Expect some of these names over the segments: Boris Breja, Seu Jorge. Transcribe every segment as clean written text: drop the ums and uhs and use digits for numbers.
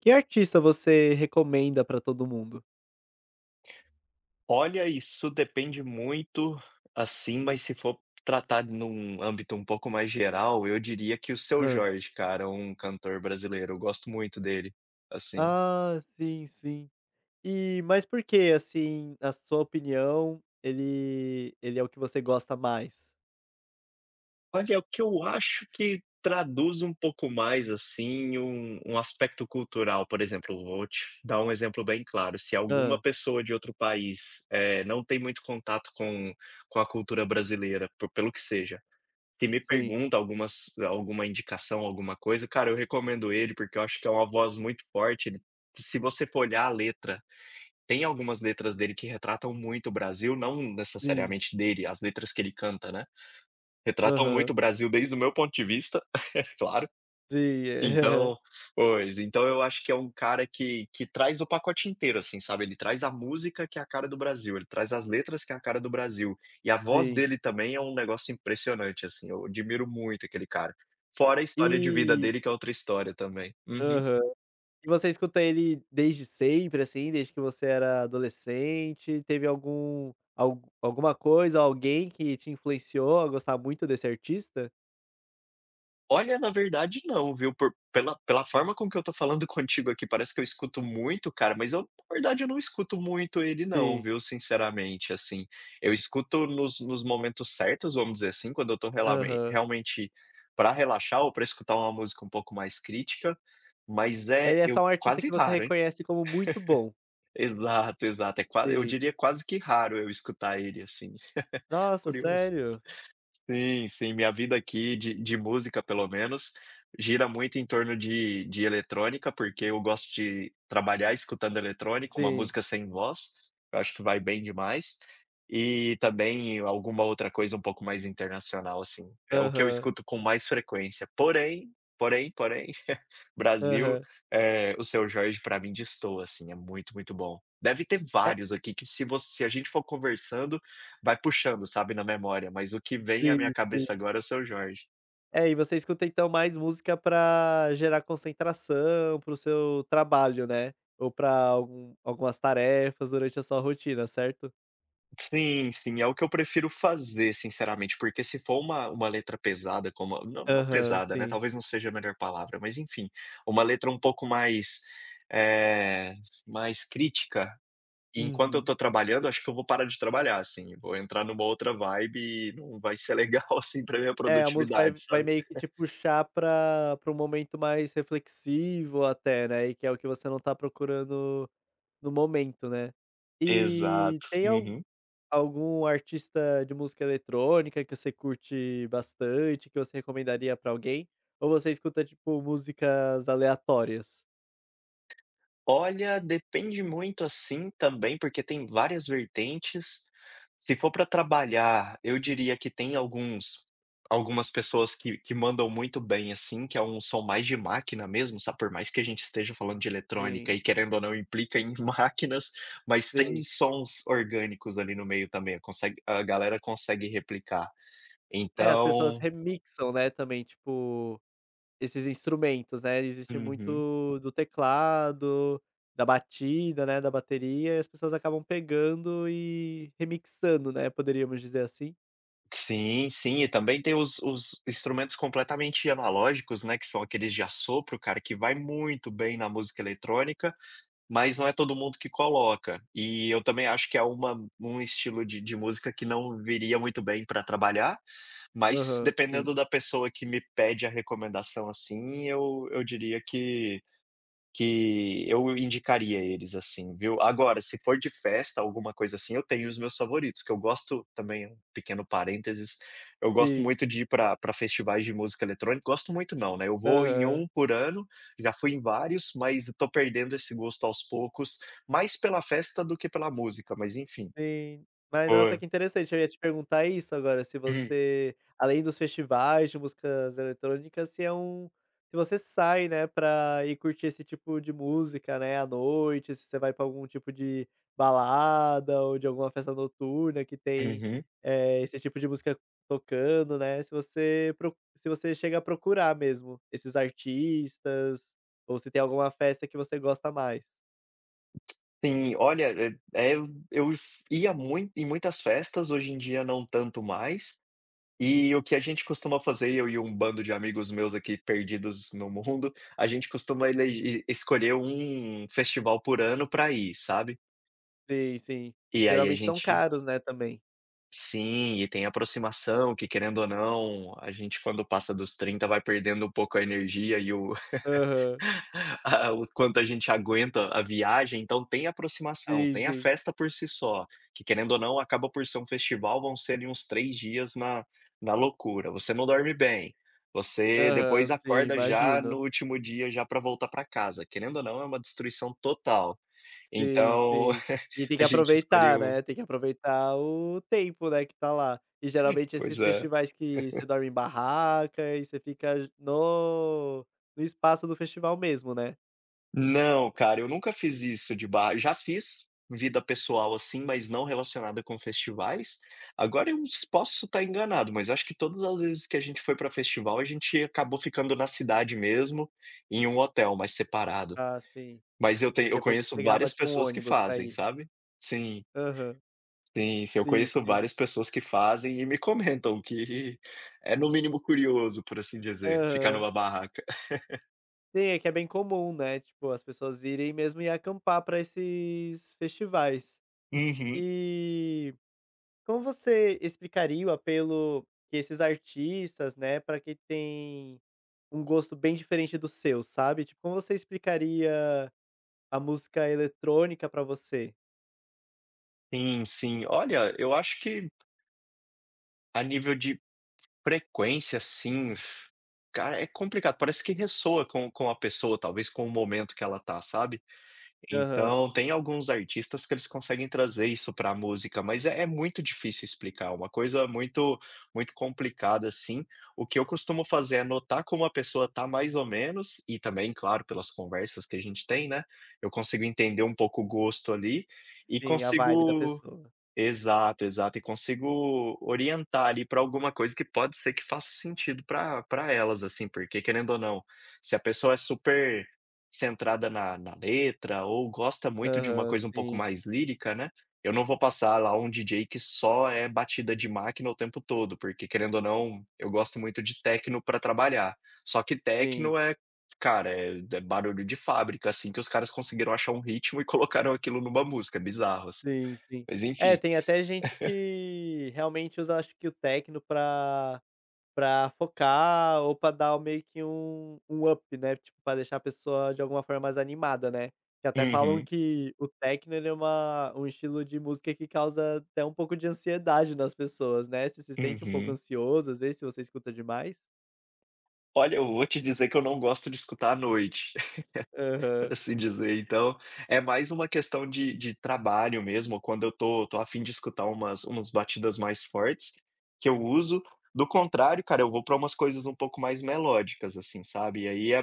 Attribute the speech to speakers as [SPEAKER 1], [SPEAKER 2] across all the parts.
[SPEAKER 1] Que artista você recomenda pra todo mundo?
[SPEAKER 2] Olha, isso depende muito, assim, mas se for tratar num âmbito um pouco mais geral, eu diria que o Seu
[SPEAKER 1] Hã.
[SPEAKER 2] Jorge, cara, é um cantor brasileiro, eu gosto muito dele, assim.
[SPEAKER 1] Ah, sim, sim. E mas por que, assim, na sua opinião, ele é o que você gosta mais?
[SPEAKER 2] Olha, o que eu acho que traduz um pouco mais, assim, um aspecto cultural, por exemplo, vou te dar um exemplo bem claro, se alguma
[SPEAKER 1] Hã.
[SPEAKER 2] pessoa de outro país, não tem muito contato com a cultura brasileira, por pelo que seja. Se me
[SPEAKER 1] Sim,
[SPEAKER 2] pergunta algumas Alguma indicação, alguma coisa, cara, eu recomendo ele, porque eu acho que é uma voz muito forte. Ele, se você for olhar a letra, tem algumas letras dele que retratam muito o Brasil, não
[SPEAKER 1] sim.
[SPEAKER 2] necessariamente dele, as letras que ele canta, né, retratam muito
[SPEAKER 1] Aham.
[SPEAKER 2] o Brasil desde o meu ponto de vista, é claro.
[SPEAKER 1] Sim. aham.
[SPEAKER 2] Então então eu acho que é um cara que traz o pacote inteiro, assim, sabe, ele traz a música que é a cara do Brasil, ele traz as letras que é a cara do Brasil, e a voz
[SPEAKER 1] Sim.
[SPEAKER 2] dele também é um negócio impressionante, assim, eu admiro muito aquele cara. Fora a história de vida
[SPEAKER 1] E
[SPEAKER 2] dele que é outra história também. Uhum.
[SPEAKER 1] aham. E você escuta ele desde sempre, assim, desde que você era adolescente? Teve alguma coisa, alguém que te influenciou a gostar muito desse artista?
[SPEAKER 2] Olha, na verdade não, viu, por pela forma com que eu tô falando contigo aqui, parece que eu escuto muito, cara, mas eu na verdade eu não escuto muito ele não,
[SPEAKER 1] Sim.
[SPEAKER 2] viu, sinceramente, assim. Eu escuto nos momentos certos, vamos dizer assim, quando eu tô relamen
[SPEAKER 1] Aham.
[SPEAKER 2] realmente pra relaxar ou pra escutar uma música um pouco mais crítica, mas é
[SPEAKER 1] Ele é só
[SPEAKER 2] eu
[SPEAKER 1] um artista que
[SPEAKER 2] quase
[SPEAKER 1] você
[SPEAKER 2] raro, hein.
[SPEAKER 1] reconhece como muito bom.
[SPEAKER 2] Exato, exato, é qua eu
[SPEAKER 1] Sim.
[SPEAKER 2] diria quase que raro eu escutar ele, assim,
[SPEAKER 1] Nossa,
[SPEAKER 2] curioso.
[SPEAKER 1] sério?
[SPEAKER 2] Sim, sim. Minha vida aqui de música, pelo menos, gira muito em torno de eletrônica, porque eu gosto de trabalhar escutando eletrônica, uma
[SPEAKER 1] Sim.
[SPEAKER 2] música sem voz, eu acho que vai bem demais, e também alguma outra coisa um pouco mais internacional, assim. É o que eu
[SPEAKER 1] Aham,
[SPEAKER 2] escuto com mais frequência. Porém, porém Brasil,
[SPEAKER 1] aham.
[SPEAKER 2] o Seu Jorge pra mim destoa, assim, é muito, muito bom. Deve ter
[SPEAKER 1] É
[SPEAKER 2] vários aqui que se você se a gente for conversando, vai puxando, sabe, na memória, mas o que vem à minha
[SPEAKER 1] sim, sim.
[SPEAKER 2] cabeça agora é o Seu Jorge.
[SPEAKER 1] É, e você escuta então mais música pra gerar concentração para o seu trabalho, né, ou pra algumas tarefas durante a sua rotina, certo?
[SPEAKER 2] Sim, sim, é o que eu prefiro fazer, sinceramente, porque se for uma letra pesada, como não, não
[SPEAKER 1] Aham,
[SPEAKER 2] pesada, né,
[SPEAKER 1] sim.
[SPEAKER 2] talvez não seja a melhor palavra, mas enfim, uma letra um pouco mais, eh, mais crítica, e enquanto eu
[SPEAKER 1] Uhum.
[SPEAKER 2] tô trabalhando, acho que eu vou parar de trabalhar, assim, vou entrar numa outra vibe e não vai ser legal, assim, pra minha
[SPEAKER 1] É, a música
[SPEAKER 2] produtividade,
[SPEAKER 1] vai
[SPEAKER 2] sabe?
[SPEAKER 1] meio que te puxar pra um momento mais reflexivo até, né, e que é o que você não tá procurando no momento, né. E
[SPEAKER 2] Exato.
[SPEAKER 1] tem al
[SPEAKER 2] Uhum.
[SPEAKER 1] algum artista de música eletrônica que você curte bastante, que você recomendaria pra alguém? Ou você escuta, tipo, músicas aleatórias?
[SPEAKER 2] Olha, depende muito, assim, também, porque tem várias vertentes. Se for para trabalhar, eu diria que tem alguns algumas pessoas que mandam muito bem, assim, que é um som mais de máquina mesmo, sabe, por mais que a gente esteja falando de eletrônica
[SPEAKER 1] Sim,
[SPEAKER 2] e querendo ou não implica em máquinas, mas tem
[SPEAKER 1] sim.
[SPEAKER 2] sons orgânicos ali no meio também, consegue a galera consegue replicar.
[SPEAKER 1] É, as pessoas
[SPEAKER 2] Então
[SPEAKER 1] remixam, né, também, tipo, esses instrumentos, né, existe
[SPEAKER 2] uhum.
[SPEAKER 1] muito do teclado, da batida, né, da bateria, e as pessoas acabam pegando e remixando, né, poderíamos dizer assim?
[SPEAKER 2] Sim, sim, e também tem os instrumentos completamente analógicos, né, que são aqueles de assopro, cara, que vai muito bem na música eletrônica, mas não é todo mundo que coloca. E eu também acho que é uma um estilo de música que não viria muito bem para trabalhar, mas
[SPEAKER 1] Aham, sim.
[SPEAKER 2] dependendo da pessoa que me pede a recomendação, assim, eu diria que eu indicaria eles, assim, viu. Agora, se for de festa, alguma coisa assim, eu tenho os meus favoritos, que eu gosto também, um pequeno parênteses, eu gosto
[SPEAKER 1] Sim.
[SPEAKER 2] muito de ir para pra festivais de música eletrônica, gosto muito não, né, eu vou em
[SPEAKER 1] Aham.
[SPEAKER 2] 1 por ano, já fui em vários, mas eu tô perdendo esse gosto aos poucos, mais pela festa do que pela música, mas enfim.
[SPEAKER 1] Sim. Mas nossa,
[SPEAKER 2] Foi.
[SPEAKER 1] que interessante, eu ia te perguntar isso agora, se
[SPEAKER 2] Hum,
[SPEAKER 1] você, além dos festivais de músicas eletrônicas, se é um se você sai, né, pra ir curtir esse tipo de música, né, à noite, se você vai pra algum tipo de balada ou de alguma festa noturna que tem,
[SPEAKER 2] uhum.
[SPEAKER 1] esse tipo de música tocando, né, se você chega a procurar mesmo esses artistas, ou se tem alguma festa que você gosta mais.
[SPEAKER 2] Sim, olha, é eh, eu f ia muito em muitas festas, hoje em dia não tanto mais, e o que a gente costuma fazer, eu e um bando de amigos meus aqui perdidos no mundo, a gente costuma elegi escolher um festival por ano para ir, sabe.
[SPEAKER 1] Sim, sim.
[SPEAKER 2] E aí a
[SPEAKER 1] Geralmente são
[SPEAKER 2] gente,
[SPEAKER 1] caros, né, também.
[SPEAKER 2] sim, e tem aproximação que, querendo ou não, a gente quando passa dos 30 vai perdendo um pouco a energia e o
[SPEAKER 1] Aham.
[SPEAKER 2] ah, o quanto a gente aguenta a viagem, então tem aproximação,
[SPEAKER 1] Sim,
[SPEAKER 2] tem a
[SPEAKER 1] sim.
[SPEAKER 2] festa por si só, que querendo ou não acaba por ser um festival, vão ser ali uns 3 dias na loucura, você não dorme bem, você
[SPEAKER 1] Aham,
[SPEAKER 2] depois
[SPEAKER 1] sim,
[SPEAKER 2] acorda já no
[SPEAKER 1] imagino.
[SPEAKER 2] último dia já para voltar para casa, querendo ou não é uma destruição total.
[SPEAKER 1] Sim,
[SPEAKER 2] Então,
[SPEAKER 1] sim. E tem que
[SPEAKER 2] a gente
[SPEAKER 1] aproveitar,
[SPEAKER 2] escolheu,
[SPEAKER 1] né, tem que aproveitar o tempo, né, que tá lá. E geralmente
[SPEAKER 2] pois
[SPEAKER 1] esses
[SPEAKER 2] é.
[SPEAKER 1] festivais que você dorme em barraca e você fica j no no espaço do festival mesmo, né.
[SPEAKER 2] Não, cara, eu nunca fiz isso de bar já fiz vida pessoal, assim, mas não relacionada com festivais. Agora eu s posso estar enganado, mas acho que todas as vezes que a gente foi para festival, a gente acabou ficando na cidade mesmo, em um hotel, mais separado.
[SPEAKER 1] Ah, sim.
[SPEAKER 2] Mas eu tenho, eu
[SPEAKER 1] Depois
[SPEAKER 2] conheço
[SPEAKER 1] pegava
[SPEAKER 2] várias
[SPEAKER 1] tipo um
[SPEAKER 2] pessoas que
[SPEAKER 1] ônibus pra
[SPEAKER 2] fazem,
[SPEAKER 1] ir.
[SPEAKER 2] sabe. Sim,
[SPEAKER 1] Aham.
[SPEAKER 2] sim, sim, eu
[SPEAKER 1] Sim,
[SPEAKER 2] conheço
[SPEAKER 1] sim.
[SPEAKER 2] várias pessoas que fazem e me comentam que é no mínimo curioso, por assim dizer, ficar
[SPEAKER 1] Aham.
[SPEAKER 2] numa barraca.
[SPEAKER 1] Sim, é que é bem comum, né, tipo, as pessoas irem mesmo e acampar pra esses festivais.
[SPEAKER 2] Uhum.
[SPEAKER 1] E como você explicaria o apelo que esses artistas, né, para quem tem um gosto bem diferente do seu, sabe? Tipo, como você explicaria a música eletrônica pra você?
[SPEAKER 2] Sim, sim. Olha, eu acho que a nível de frequência, assim, cara, é complicado, parece que ressoa com a pessoa, talvez com o momento que ela tá, sabe.
[SPEAKER 1] Aham.
[SPEAKER 2] Então, tem alguns artistas que eles conseguem trazer isso pra música, mas é muito difícil explicar, uma coisa muito muito complicada, assim. O que eu costumo fazer é notar como a pessoa tá mais ou menos, e também, claro, pelas conversas que a gente tem, né, eu consigo entender um pouco o gosto ali, e
[SPEAKER 1] Sim, a vibe da
[SPEAKER 2] consigo,
[SPEAKER 1] pessoa.
[SPEAKER 2] exato, exato. E consigo orientar ali para alguma coisa que pode ser que faça sentido para elas, assim, porque querendo ou não, se a pessoa é super centrada na letra ou gosta muito de uma
[SPEAKER 1] Aham,
[SPEAKER 2] coisa um pouco
[SPEAKER 1] sim.
[SPEAKER 2] mais lírica, né, eu não vou passar lá um DJ que só é batida de máquina o tempo todo, porque querendo ou não, eu gosto muito de techno para trabalhar. Só que
[SPEAKER 1] Sim,
[SPEAKER 2] techno é, cara, é barulho de fábrica, assim, que os caras conseguiram achar um ritmo e colocaram aquilo numa música, é bizarro, assim.
[SPEAKER 1] sim, sim.
[SPEAKER 2] Mas
[SPEAKER 1] É,
[SPEAKER 2] enfim.
[SPEAKER 1] tem até gente que realmente usa, acho que o techno pra pra focar ou pra dar meio que um up, né, tipo, pra deixar a pessoa de alguma forma mais animada, né. Que até falam
[SPEAKER 2] Uhum,
[SPEAKER 1] que o techno ele é uma um estilo de música que causa até um pouco de ansiedade nas pessoas, né. Você se sente um pouco
[SPEAKER 2] uhum.
[SPEAKER 1] ansioso, às vezes, se você escuta demais?
[SPEAKER 2] Olha, eu vou te dizer que eu não gosto de escutar à noite, por
[SPEAKER 1] Aham,
[SPEAKER 2] assim dizer. Então, é mais uma questão de trabalho mesmo, quando eu tô a fim de escutar umas batidas mais fortes, que eu uso. Do contrário, cara, eu vou para umas coisas um pouco mais melódicas, assim, sabe. E aí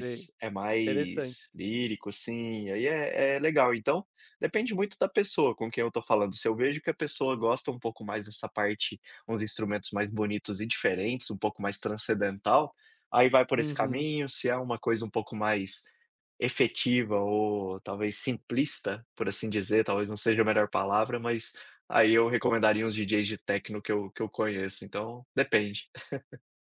[SPEAKER 1] sei,
[SPEAKER 2] é mais
[SPEAKER 1] interessante.
[SPEAKER 2] lírico, assim, e aí é legal. Então, depende muito da pessoa com quem eu tô falando. Se eu vejo que a pessoa gosta um pouco mais dessa parte, uns instrumentos mais bonitos e diferentes, um pouco mais transcendental, aí vai por esse
[SPEAKER 1] Uhum.
[SPEAKER 2] caminho. Se é uma coisa um pouco mais efetiva ou talvez simplista, por assim dizer, talvez não seja a melhor palavra, mas aí eu recomendaria uns DJs de techno que eu conheço, então depende.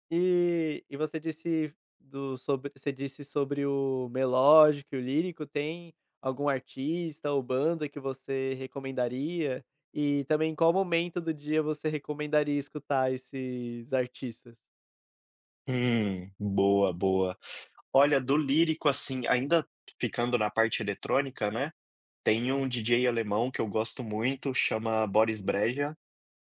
[SPEAKER 1] E você disse sobre o melódico e o lírico, tem algum artista ou banda que você recomendaria? E também em qual momento do dia você recomendaria escutar esses artistas?
[SPEAKER 2] Boa, boa. Olha, do lírico, assim, ainda ficando na parte eletrônica, né, tem um DJ alemão que eu gosto muito, chama Boris Breja,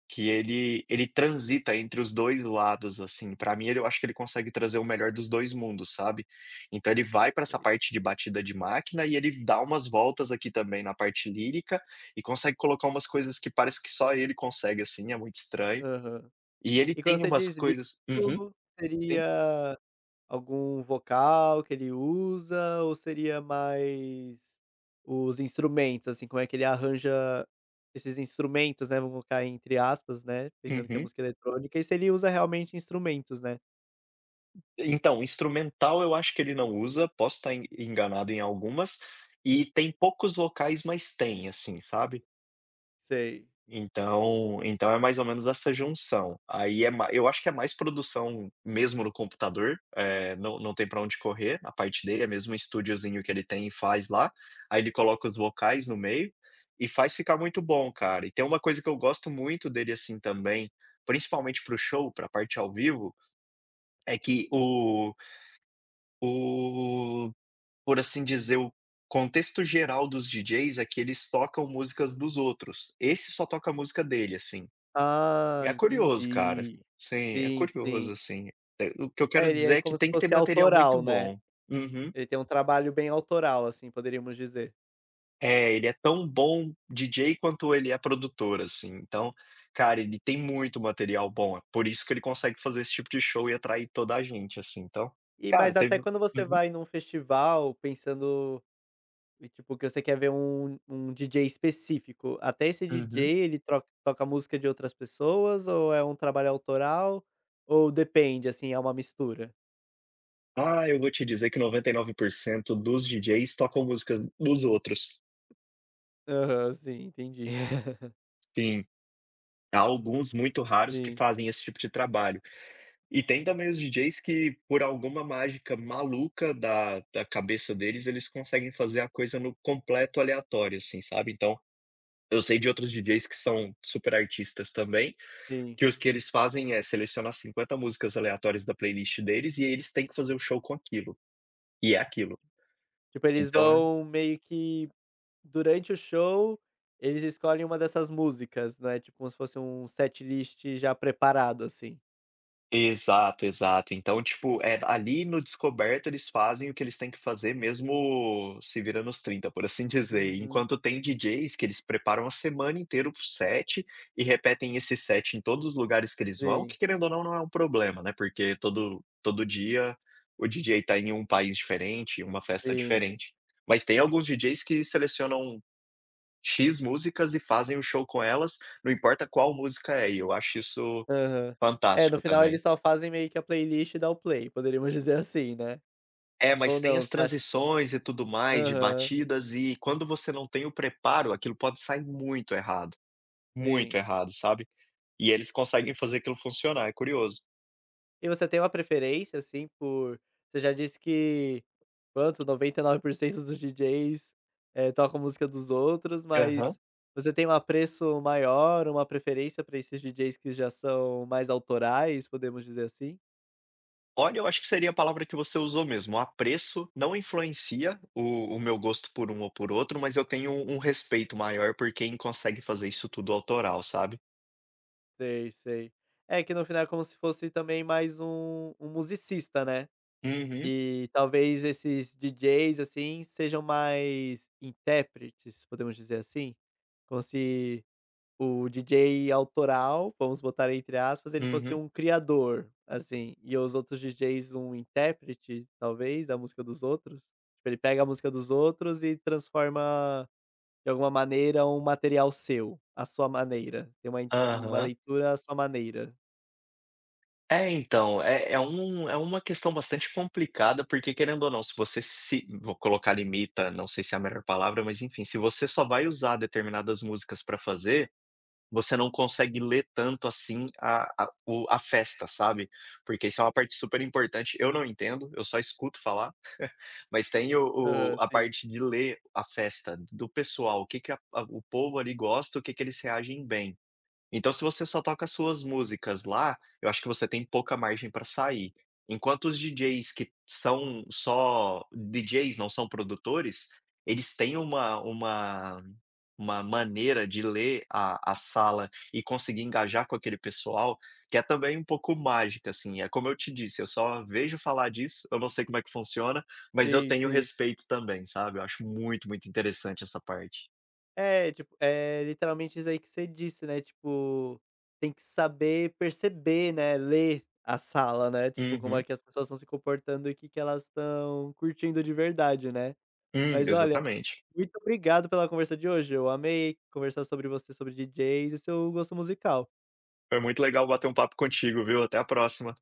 [SPEAKER 2] que ele transita entre os 2 lados, assim, pra mim ele, eu acho que ele consegue trazer o melhor dos 2 mundos, sabe. Então ele vai pra essa
[SPEAKER 1] Sei.
[SPEAKER 2] parte de batida de máquina e ele dá umas voltas aqui também na parte lírica, e consegue colocar umas coisas que parece que só ele consegue, assim, é muito estranho.
[SPEAKER 1] Aham.
[SPEAKER 2] E ele
[SPEAKER 1] E quando
[SPEAKER 2] tem
[SPEAKER 1] você
[SPEAKER 2] umas
[SPEAKER 1] diz
[SPEAKER 2] coisas, uhum,
[SPEAKER 1] lírico,
[SPEAKER 2] sim,
[SPEAKER 1] seria algum vocal que ele usa ou seria mais os instrumentos, assim, como é que ele arranja esses instrumentos, né, vamos colocar entre aspas, né, pensando que é
[SPEAKER 2] uhum.
[SPEAKER 1] música eletrônica, e se ele usa realmente instrumentos, né?
[SPEAKER 2] Então, instrumental eu acho que ele não usa, posso estar en enganado em algumas, e tem poucos vocais, mas tem, assim, sabe.
[SPEAKER 1] Sei.
[SPEAKER 2] Então é mais ou menos essa junção. Aí é ma eu acho que é mais produção mesmo no computador, não tem para onde correr, a parte dele é mesmo um estúdiozinho que ele tem e faz lá, aí ele coloca os vocais no meio e faz ficar muito bom, cara. E tem uma coisa que eu gosto muito dele, assim, também, principalmente para o show, pra parte ao vivo, é que o por assim dizer, o contexto geral dos DJs é que eles tocam músicas dos outros. Esse só toca a música dele, assim. E
[SPEAKER 1] Ah,
[SPEAKER 2] é curioso, cara.
[SPEAKER 1] entendi.
[SPEAKER 2] Sim, é
[SPEAKER 1] Sim,
[SPEAKER 2] curioso,
[SPEAKER 1] sim.
[SPEAKER 2] assim. Eh, o que eu
[SPEAKER 1] É,
[SPEAKER 2] quero
[SPEAKER 1] ele é
[SPEAKER 2] dizer é que
[SPEAKER 1] como se
[SPEAKER 2] tem que ter
[SPEAKER 1] fosse
[SPEAKER 2] material muito
[SPEAKER 1] autoral, né?
[SPEAKER 2] bom. Uhum.
[SPEAKER 1] Ele tem um trabalho bem autoral, assim, poderíamos dizer.
[SPEAKER 2] É, ele é tão bom DJ quanto ele é produtor, assim. Então, cara, ele tem muito material bom. É por isso que ele consegue fazer esse tipo de show e atrair toda a gente, assim. Então,
[SPEAKER 1] E
[SPEAKER 2] cara,
[SPEAKER 1] mas até
[SPEAKER 2] teve,
[SPEAKER 1] quando você
[SPEAKER 2] uhum,
[SPEAKER 1] vai num festival pensando e tipo, que você quer ver um DJ específico. Até esse DJ
[SPEAKER 2] uhum.
[SPEAKER 1] ele troca toca música de outras pessoas ou é um trabalho autoral? Ou depende, assim, é uma mistura?
[SPEAKER 2] Ah, eu vou te dizer que 99% dos DJs tocam músicas dos outros.
[SPEAKER 1] Aham, sim, entendi.
[SPEAKER 2] Sim, há alguns muito raros que
[SPEAKER 1] Sim,
[SPEAKER 2] fazem esse tipo de trabalho. E tem também os DJs que, por alguma mágica maluca da cabeça deles, eles conseguem fazer a coisa no completo aleatório, assim, sabe. Então, eu sei de outros DJs que são super artistas também,
[SPEAKER 1] sim.
[SPEAKER 2] que os que eles fazem é selecionar 50 músicas aleatórias da playlist deles e eles têm que fazer o show com aquilo, e é aquilo.
[SPEAKER 1] Tipo, eles
[SPEAKER 2] Então,
[SPEAKER 1] vão meio que durante o show, eles escolhem uma dessas músicas, né, tipo como se fosse um set list já preparado, assim.
[SPEAKER 2] exato, exato. Então, tipo, é ali no Descoberto eles fazem o que eles têm que fazer mesmo, se vira nos 30, por assim dizer.
[SPEAKER 1] Uhum.
[SPEAKER 2] Enquanto tem DJs que eles preparam a semana inteira o set e repetem esse set em todos os lugares que eles vão,
[SPEAKER 1] Sim,
[SPEAKER 2] que querendo ou não, não é um problema, né, porque todo dia o DJ tá em um país diferente, uma festa
[SPEAKER 1] sim.
[SPEAKER 2] diferente. Mas tem alguns DJs que selecionam X músicas e fazem o show com elas, não importa qual música é, e eu acho isso
[SPEAKER 1] Aham. É, no
[SPEAKER 2] fantástico
[SPEAKER 1] final
[SPEAKER 2] também.
[SPEAKER 1] eles só fazem meio que a playlist e dá o play, poderíamos dizer assim, né?
[SPEAKER 2] É, mas
[SPEAKER 1] Ou
[SPEAKER 2] tem
[SPEAKER 1] não,
[SPEAKER 2] as
[SPEAKER 1] você acha
[SPEAKER 2] transições e tudo mais de
[SPEAKER 1] aham,
[SPEAKER 2] batidas, e quando você não tem o preparo, aquilo pode sair muito
[SPEAKER 1] sim.
[SPEAKER 2] errado, sabe. E eles conseguem fazer aquilo funcionar, é curioso.
[SPEAKER 1] E você tem uma preferência, assim, por você já disse que quanto, 99% dos DJs, tocam música dos outros,
[SPEAKER 2] Aham.
[SPEAKER 1] mas você tem um apreço maior, uma preferência pra esses DJs que já são mais autorais, podemos dizer assim?
[SPEAKER 2] Olha, eu acho que seria a palavra que você usou mesmo, o apreço não influencia o meu gosto por um ou por outro, mas eu tenho um respeito maior por quem consegue fazer isso tudo autoral, sabe.
[SPEAKER 1] Sei, sei. É que no final é como se fosse também mais um musicista, né.
[SPEAKER 2] Uhum,
[SPEAKER 1] E talvez esses DJs, assim, sejam mais intérpretes, podemos dizer assim? Como se o DJ autoral, vamos botar entre aspas, ele fosse
[SPEAKER 2] uhum.
[SPEAKER 1] um criador, assim, e os outros DJs um intérprete, talvez, da música dos outros. Tipo, ele pega a música dos outros e transforma, de alguma maneira, um material seu, à sua maneira. Tem uma
[SPEAKER 2] Aham.
[SPEAKER 1] leitura à sua maneira.
[SPEAKER 2] É, então, é uma questão bastante complicada, porque querendo ou não, se você se vou colocar limita, não sei se é a melhor palavra, mas enfim, se você só vai usar determinadas músicas para fazer, você não consegue ler tanto assim a festa, sabe. Porque isso é uma parte super importante, eu não entendo, eu só escuto falar, mas tem o
[SPEAKER 1] Aham,
[SPEAKER 2] a
[SPEAKER 1] sim.
[SPEAKER 2] parte de ler a festa do pessoal, o que que a o povo ali gosta, o que que eles reagem bem. Então, se você só toca as suas músicas lá, eu acho que você tem pouca margem para sair. Enquanto os DJs que são só DJs, não são produtores, eles têm uma uma maneira de ler a sala e conseguir engajar com aquele pessoal, que é também um pouco mágica, assim. É como eu te disse, eu só vejo falar disso, eu não sei como é que funciona, mas eu
[SPEAKER 1] Sim,
[SPEAKER 2] tenho
[SPEAKER 1] sim.
[SPEAKER 2] respeito também, sabe. Eu acho muito, muito interessante essa parte.
[SPEAKER 1] É, tipo, é literalmente isso aí que você disse, né, tipo, tem que saber perceber, né, ler a sala, né, tipo, como é
[SPEAKER 2] Uhum.
[SPEAKER 1] que as pessoas estão se comportando e o que que elas estão curtindo de verdade, né. Mas olha,
[SPEAKER 2] Exatamente.
[SPEAKER 1] muito obrigado pela conversa de hoje, eu amei conversar sobre você, sobre DJs e seu gosto musical.
[SPEAKER 2] Foi muito legal bater um papo contigo, viu? Até a próxima.